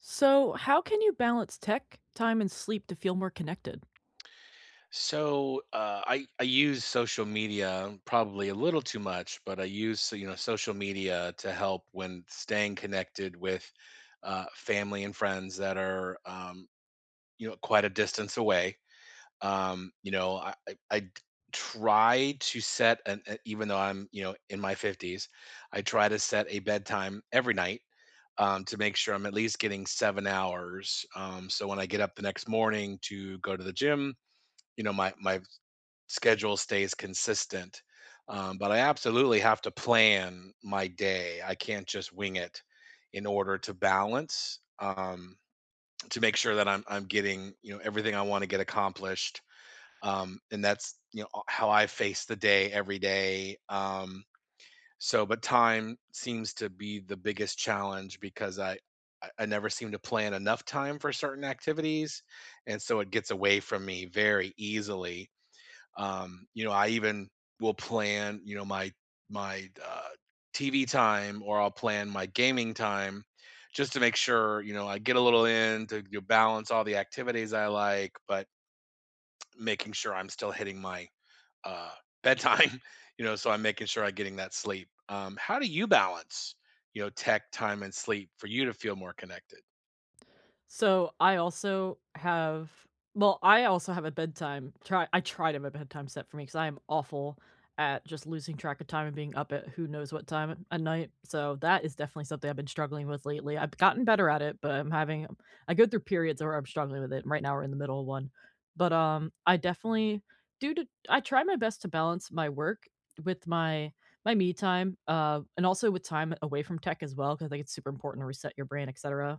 So, how can you balance tech, time, and sleep to feel more connected? So I use social media probably a little too much, but I use social media to help when staying connected with family and friends that are quite a distance away. I try to set an even though I'm in my fifties, I try to set a bedtime every night. To make sure I'm at least getting 7 hours. So when I get up the next morning to go to the gym, my schedule stays consistent. But I absolutely have to plan my day. I can't just wing it in order to balance, to make sure that I'm getting everything I want to get accomplished. And that's how I face the day every day. But time seems to be the biggest challenge because I never seem to plan enough time for certain activities, and so it gets away from me very easily I even will plan, my TV time, or I'll plan my gaming time, just to make sure, I get a little in to balance all the activities I like, but making sure I'm still hitting my uh, bedtime. You know, so I'm making sure I'm getting that sleep. How do you balance, tech time and sleep for you to feel more connected? So I also have, well, I also have a bedtime try I try to have a bedtime set for me because I am awful at just losing track of time and being up at who knows what time at night. So that is definitely something I've been struggling with lately. I've gotten better at it, but I'm having, I go through periods where I'm struggling with it. And Right now we're in the middle of one. But I definitely do to I try my best to balance my work with my me time and also with time away from tech as well because I think it's super important to reset your brain, etc.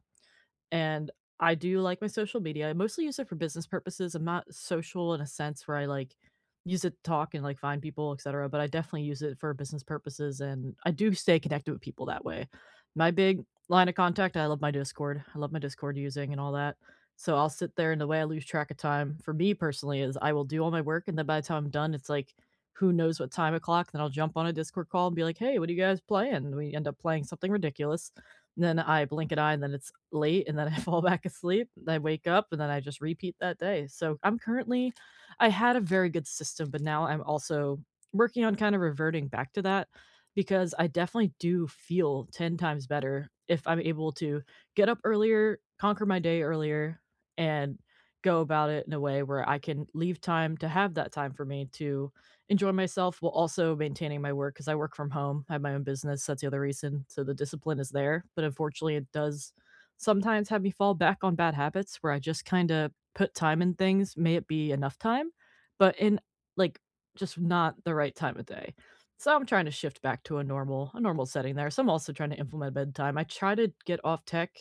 And I do like my social media. I mostly use it for business purposes. I'm not social in a sense where I like use it to talk and like find people, etc. But I definitely use it for business purposes and I do stay connected with people that way. My big line of contact, I love my Discord. I love my Discord using and all that. So I'll sit there, and the way I lose track of time for me personally is I will do all my work and then by the time I'm done, it's like who knows what time o'clock. Then I'll jump on a Discord call and be like, hey, what are you guys playing? We end up playing something ridiculous, and then I blink an eye, and then it's late, and then I fall back asleep, and I wake up, and then I just repeat that day. So I'm currently, I had a very good system, but now I'm also working on kind of reverting back to that because I definitely do feel 10 times better if I'm able to get up earlier, conquer my day earlier, and go about it in a way where I can leave time to have that time for me to enjoy myself while also maintaining my work because I work from home. I have my own business. That's the other reason. So the discipline is there. But unfortunately, it does sometimes have me fall back on bad habits where I just kind of put time in things, may it be enough time, but in, like, just not the right time of day. So I'm trying to shift back to a normal setting there. So I'm also trying to implement bedtime. I try to get off tech.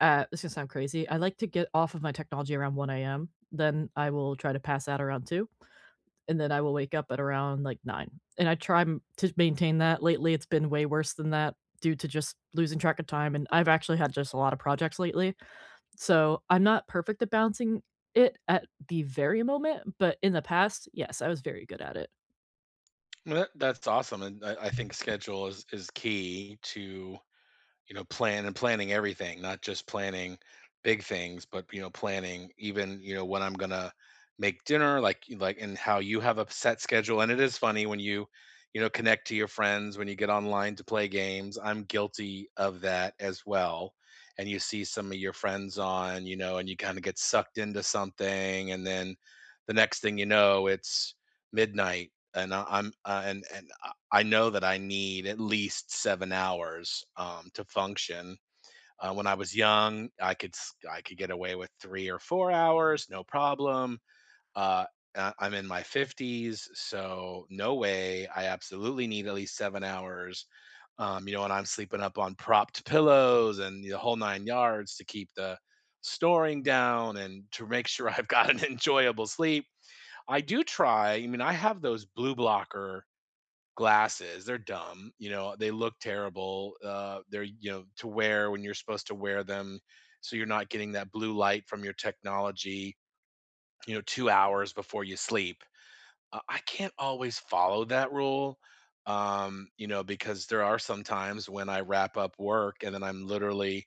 This is gonna sound crazy. I like to get off of my technology around 1 a.m. Then I will try to pass out around 2, and then I will wake up at around, like, 9, and I try m to maintain that. Lately, it's been way worse than that due to just losing track of time, and I've actually had just a lot of projects lately, so I'm not perfect at balancing it at the very moment, but in the past, yes, I was very good at it. Well, that's awesome, and I think schedule is key to planning everything, not just planning big things, but planning even, when I'm gonna make dinner, like and how you have a set schedule. And it is funny when you, connect to your friends, when you get online to play games. I'm guilty of that as well. And you see some of your friends on, and you kind of get sucked into something, and then the next thing you know, it's midnight and I know that I need at least 7 hours to function. When I was young, I could get away with 3 or 4 hours, no problem. Uh, I'm in my fifties, so no way. I absolutely need at least 7 hours. And I'm sleeping up on propped pillows and the whole nine yards to keep the snoring down and to make sure I've got an enjoyable sleep. I do try. I mean, I have those blue blocker glasses. They're dumb, they look terrible. They're, to wear when you're supposed to wear them. So you're not getting that blue light from your technology, 2 hours before you sleep. I can't always follow that rule, because there are some times when I wrap up work and then I'm literally,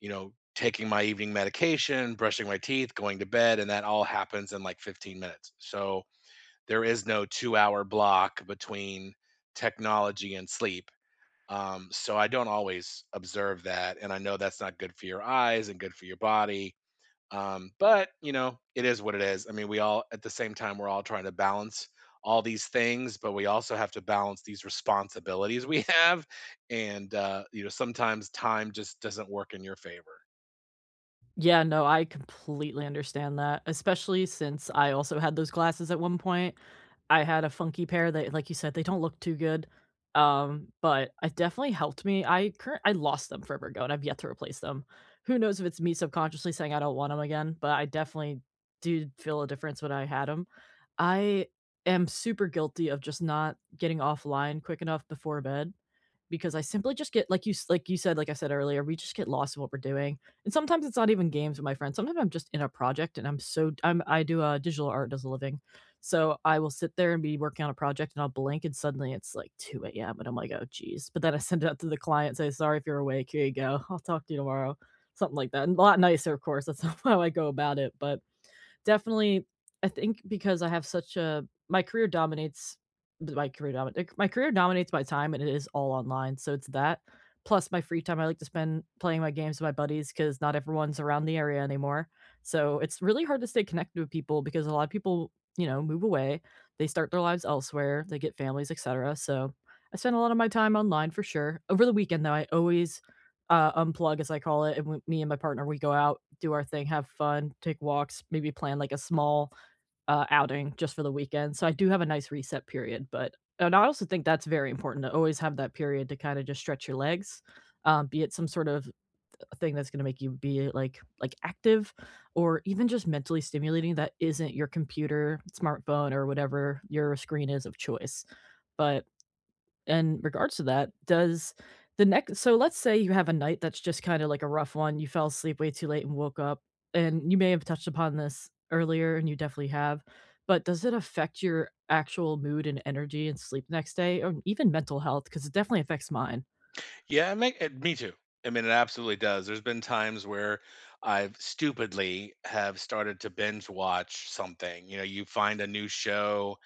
taking my evening medication, brushing my teeth, going to bed, and that all happens in like 15 minutes. So, there is no 2-hour block between technology and sleep. So I don't always observe that, and I know that's not good for your eyes and good for your body. But it is what it is. I mean, we all at the same time, we're all trying to balance all these things, but we also have to balance these responsibilities we have, and, sometimes time just doesn't work in your favor. Yeah, no, I completely understand that, especially since I also had those glasses at one point. I had a funky pair that, like you said, they don't look too good, but it definitely helped me. I lost them forever ago, and I've yet to replace them. Who knows if it's me subconsciously saying I don't want them again, but I definitely did feel a difference when I had them. I am super guilty of just not getting offline quick enough before bed, because I simply just get, like you said, like I said earlier, we just get lost in what we're doing, and sometimes it's not even games with my friends, sometimes I'm just in a project and I'm so I'm I do, digital art as a living, so I will sit there and be working on a project and I'll blink and suddenly it's like 2 a.m. and I'm like, "Oh, geez," but then I send it out to the client, and say, "Sorry if you're awake, here you go, I'll talk to you tomorrow," something like that, and a lot nicer, of course, that's not how I go about it, but definitely I think because I have such a my career dominates my time and it is all online, so it's that plus my free time I like to spend playing my games with my buddies because not everyone's around the area anymore. So, it's really hard to stay connected with people because a lot of people, move away, they start their lives elsewhere, they get families, etcetera, so I spend a lot of my time online for sure. Over the weekend, though, I always unplug, as I call it, and we, me and my partner, we go out, do our thing, have fun, take walks, maybe plan like a small, outing just for the weekend, so I do have a nice reset period, but and I also think that's very important to always have that period to kinda just stretch your legs, be it some sort of thing that's gonna make you be, like, active, or even just mentally stimulating that isn't your computer, smartphone, or whatever your screen is of choice, but in regards to that, does the next so let's say you have a night that's just kinda like a rough one, you fell asleep way too late and woke up, and you may have touched upon this earlier, and you definitely have, but does it affect your actual mood and energy and sleep the next day, or even mental health? Because it definitely affects mine. Yeah, it me too. I mean, it absolutely does. There's been times where I've stupidly have started to binge watch something. You know, you find a new show.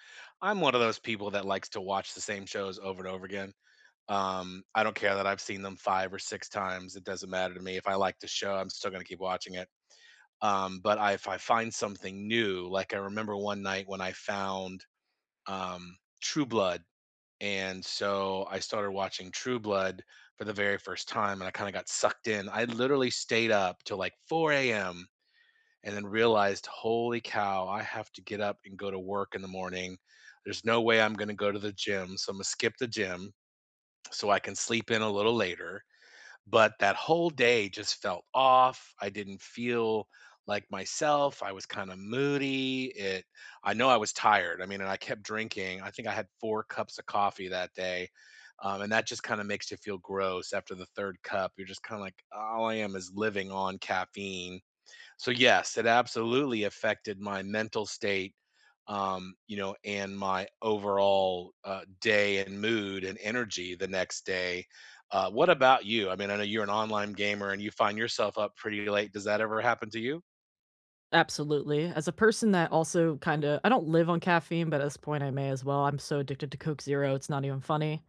I'm one of those people that likes to watch the same shows over and over again. I don't care that I've seen them five or six times. It doesn't matter to me. If I like the show, I'm still going to keep watching it. If I find something new, like I remember one night when I found True Blood and so I started watching True Blood for the very first time, and I kind of got sucked in. I literally stayed up till like 4 a.m. and then realized, holy cow, I have to get up and go to work in the morning. There's no way I'm going to go to the gym. So I'm going to skip the gym so I can sleep in a little later. But that whole day just felt off. I didn't feel like myself. I was kind of moody. It I know I was tired. I mean, and I kept drinking. I think I had 4 cups of coffee that day. And that just kind of makes you feel gross after the third cup. You're just kind of like, all I am is living on caffeine. So yes, it absolutely affected my mental state, and my overall day and mood and energy the next day. What about you? I mean, I know you're an online gamer and you find yourself up pretty late. Does that ever happen to you? Absolutely. As a person that also kinda, I don't live on caffeine, but at this point I may as well. I'm so addicted to Coke Zero, it's not even funny.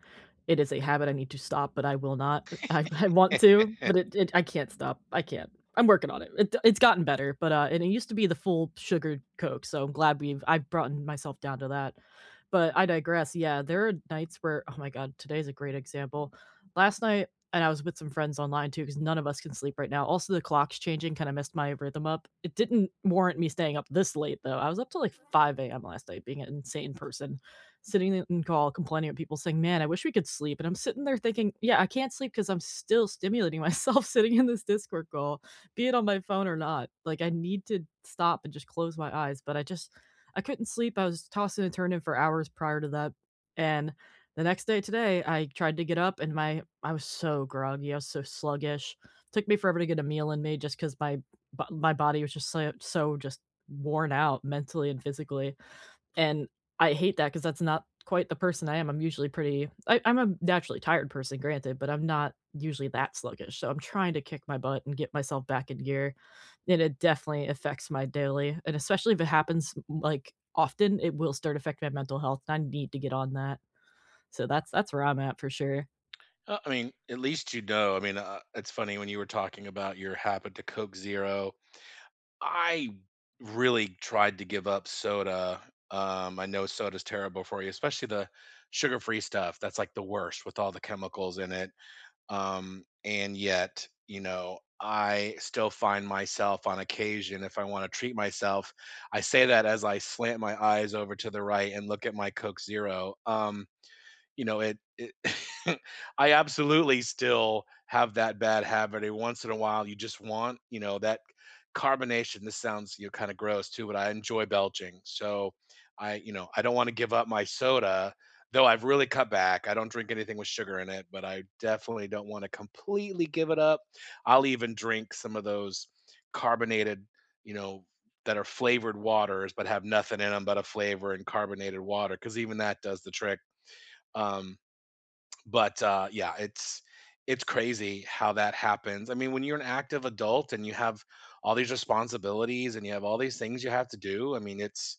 It is a habit I need to stop, but I will not. I want to, but it I can't stop. I can't. I'm working on it. It's gotten better, but, and it used to be the full sugared Coke, so I'm glad we've I've brought myself down to that. But I digress. Yeah, there are nights where, oh my god, today's a great example. Last night, and I was with some friends online too, because none of us can sleep right now. Also, the clock's changing kinda messed my rhythm up. It didn't warrant me staying up this late, though. I was up till, like, 5 a.m. last night being an insane person sitting in call complaining at people saying, "Man, I wish we could sleep." And I'm sitting there thinking, "Yeah, I can't sleep because 'cause I'm still stimulating myself sitting in this Discord call, be it on my phone or not." Like, I need to stop and just close my eyes, but I just, I couldn't sleep. I was tossing and turning for hours prior to that. And the next day today, I tried to get up and my I was so groggy, I was so sluggish. Took me forever to get a meal in me just because my body was just just worn out mentally and physically. And I hate that because that's not quite the person I am. I'm usually pretty, I'm a naturally tired person, granted, but I'm not usually that sluggish, so I'm trying to kick my butt and get myself back in gear, and it definitely affects my daily, and especially if it happens, like, often, it will start affecting my mental health, and I need to get on that. So that's where I'm at for sure. I mean, at least you know. I mean, it's funny when you were talking about your habit to Coke Zero. I really tried to give up soda. I know soda's terrible for you, especially the sugar-free stuff. That's like the worst with all the chemicals in it. And yet, you know, I still find myself on occasion, if I want to treat myself, I say that as I slant my eyes over to the right and look at my Coke Zero. It I absolutely still have that bad habit. Every once in a while, you just want, that carbonation. This sounds, kind of gross too, but I enjoy belching. So I I don't want to give up my soda, though I've really cut back. I don't drink anything with sugar in it, but I definitely don't want to completely give it up. I'll even drink some of those carbonated, you know, that are flavored waters, but have nothing in them but a flavor and carbonated water, because even that does the trick. Um, but Yeah, it's crazy how that happens. I mean, when you're an active adult and you have all these responsibilities and you have all these things you have to do, I mean,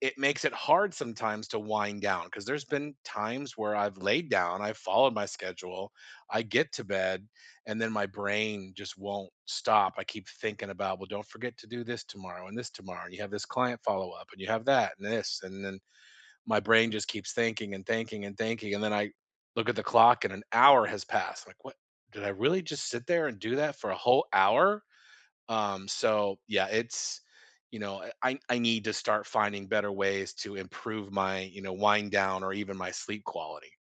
it makes it hard sometimes to wind down because there's been times where I've laid down, I've followed my schedule, I get to bed, and then my brain just won't stop. I keep thinking about, well, don't forget to do this tomorrow, and you have this client follow up, and you have that and this, and then my brain just keeps thinking and thinking and thinking, and then I look at the clock and an hour has passed. Like, what did I really just sit there and do that for a whole hour? So yeah, I need to start finding better ways to improve my, wind down or even my sleep quality.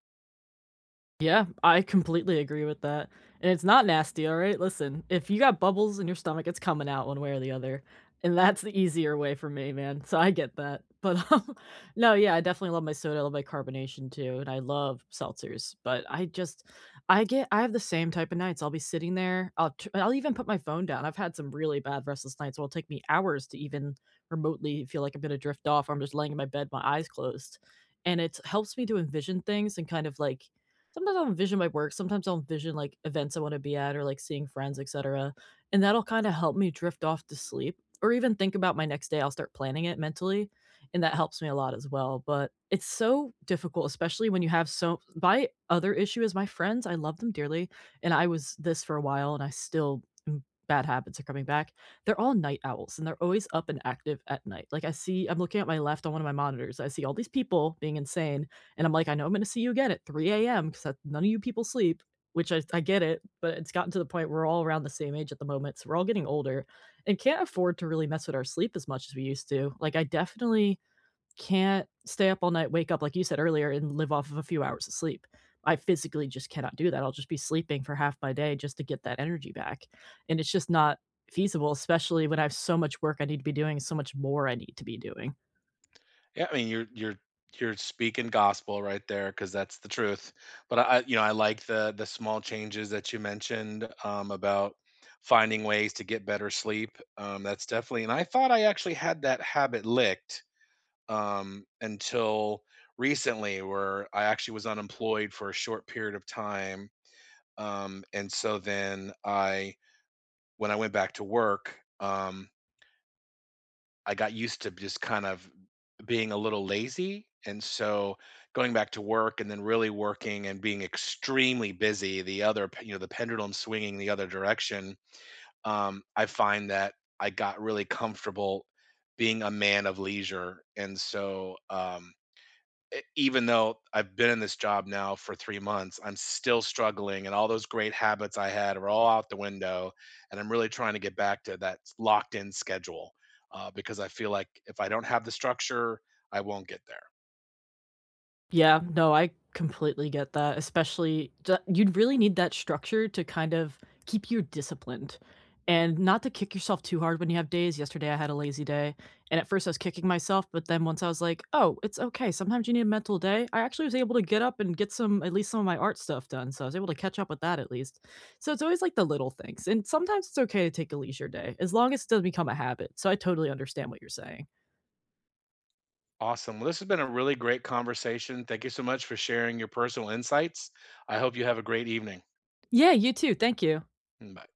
Yeah, I completely agree with that, and it's not nasty, alright? Listen, if you got bubbles in your stomach, it's coming out one way or the other, and that's the easier way for me, man, so I get that, but, no, yeah, I definitely love my soda, I love my carbonation too, and I love seltzers, but I just, I have the same type of nights, I'll be sitting there, I'll even put my phone down, I've had some really bad restless nights where it'll take me hours to even remotely feel like I'm gonna drift off, or I'm just laying in my bed, my eyes closed, and it helps me to envision things and kind of, like, sometimes I'll envision my work, sometimes I'll envision, like, events I wanna be at or, like, seeing friends, etcetera, and that'll kinda help me drift off to sleep or even think about my next day, I'll start planning it mentally, and that helps me a lot as well, but it's so difficult, especially when you have so, my other issue is my friends, I love them dearly, and I was this for a while, and I still m bad habits are coming back. They're all night owls, and they're always up and active at night, like, I'm looking at my left on one of my monitors, I see all these people being insane, and I'm like, "I know I'm gonna see you again at 3 a.m. because none of you people sleep," which I get it, but it's gotten to the point we're all around the same age at the moment, so we're all getting older and can't afford to really mess with our sleep as much as we used to. Like, I definitely can't stay up all night, wake up, like you said earlier, and live off of a few hours of sleep. I physically just cannot do that. I'll just be sleeping for half my day just to get that energy back. And it's just not feasible, especially when I have so much work I need to be doing, so much more I need to be doing. Yeah, I mean, you're speaking gospel right there because that's the truth. But I I like the small changes that you mentioned, about finding ways to get better sleep. That's definitely and I thought I actually had that habit licked, until recently where I actually was unemployed for a short period of time. And so then I When I went back to work, I got used to just kind of being a little lazy. And so going back to work and then really working and being extremely busy, the other, p- you know, the pendulum swinging the other direction, I find that I got really comfortable being a man of leisure. Even though I've been in this job now for 3 months, I'm still struggling and all those great habits I had are all out the window and I'm really trying to get back to that locked in schedule, because I feel like if I don't have the structure, I won't get there. Yeah, no, I completely get that, especially ju you'd really need that structure to kind of keep you disciplined and not to kick yourself too hard when you have days. Yesterday, I had a lazy day, and at first I was kicking myself, but then once I was like, "Oh, it's okay. Sometimes you need a mental day." I actually was able to get up and get some at least some of my art stuff done, so I was able to catch up with that at least. So it's always like the little things, and sometimes it's okay to take a leisure day as long as it doesn't become a habit. So I totally understand what you're saying. Awesome. Well, this has been a really great conversation. Thank you so much for sharing your personal insights. I hope you have a great evening. Yeah, you too. Thank you. Mm, bye.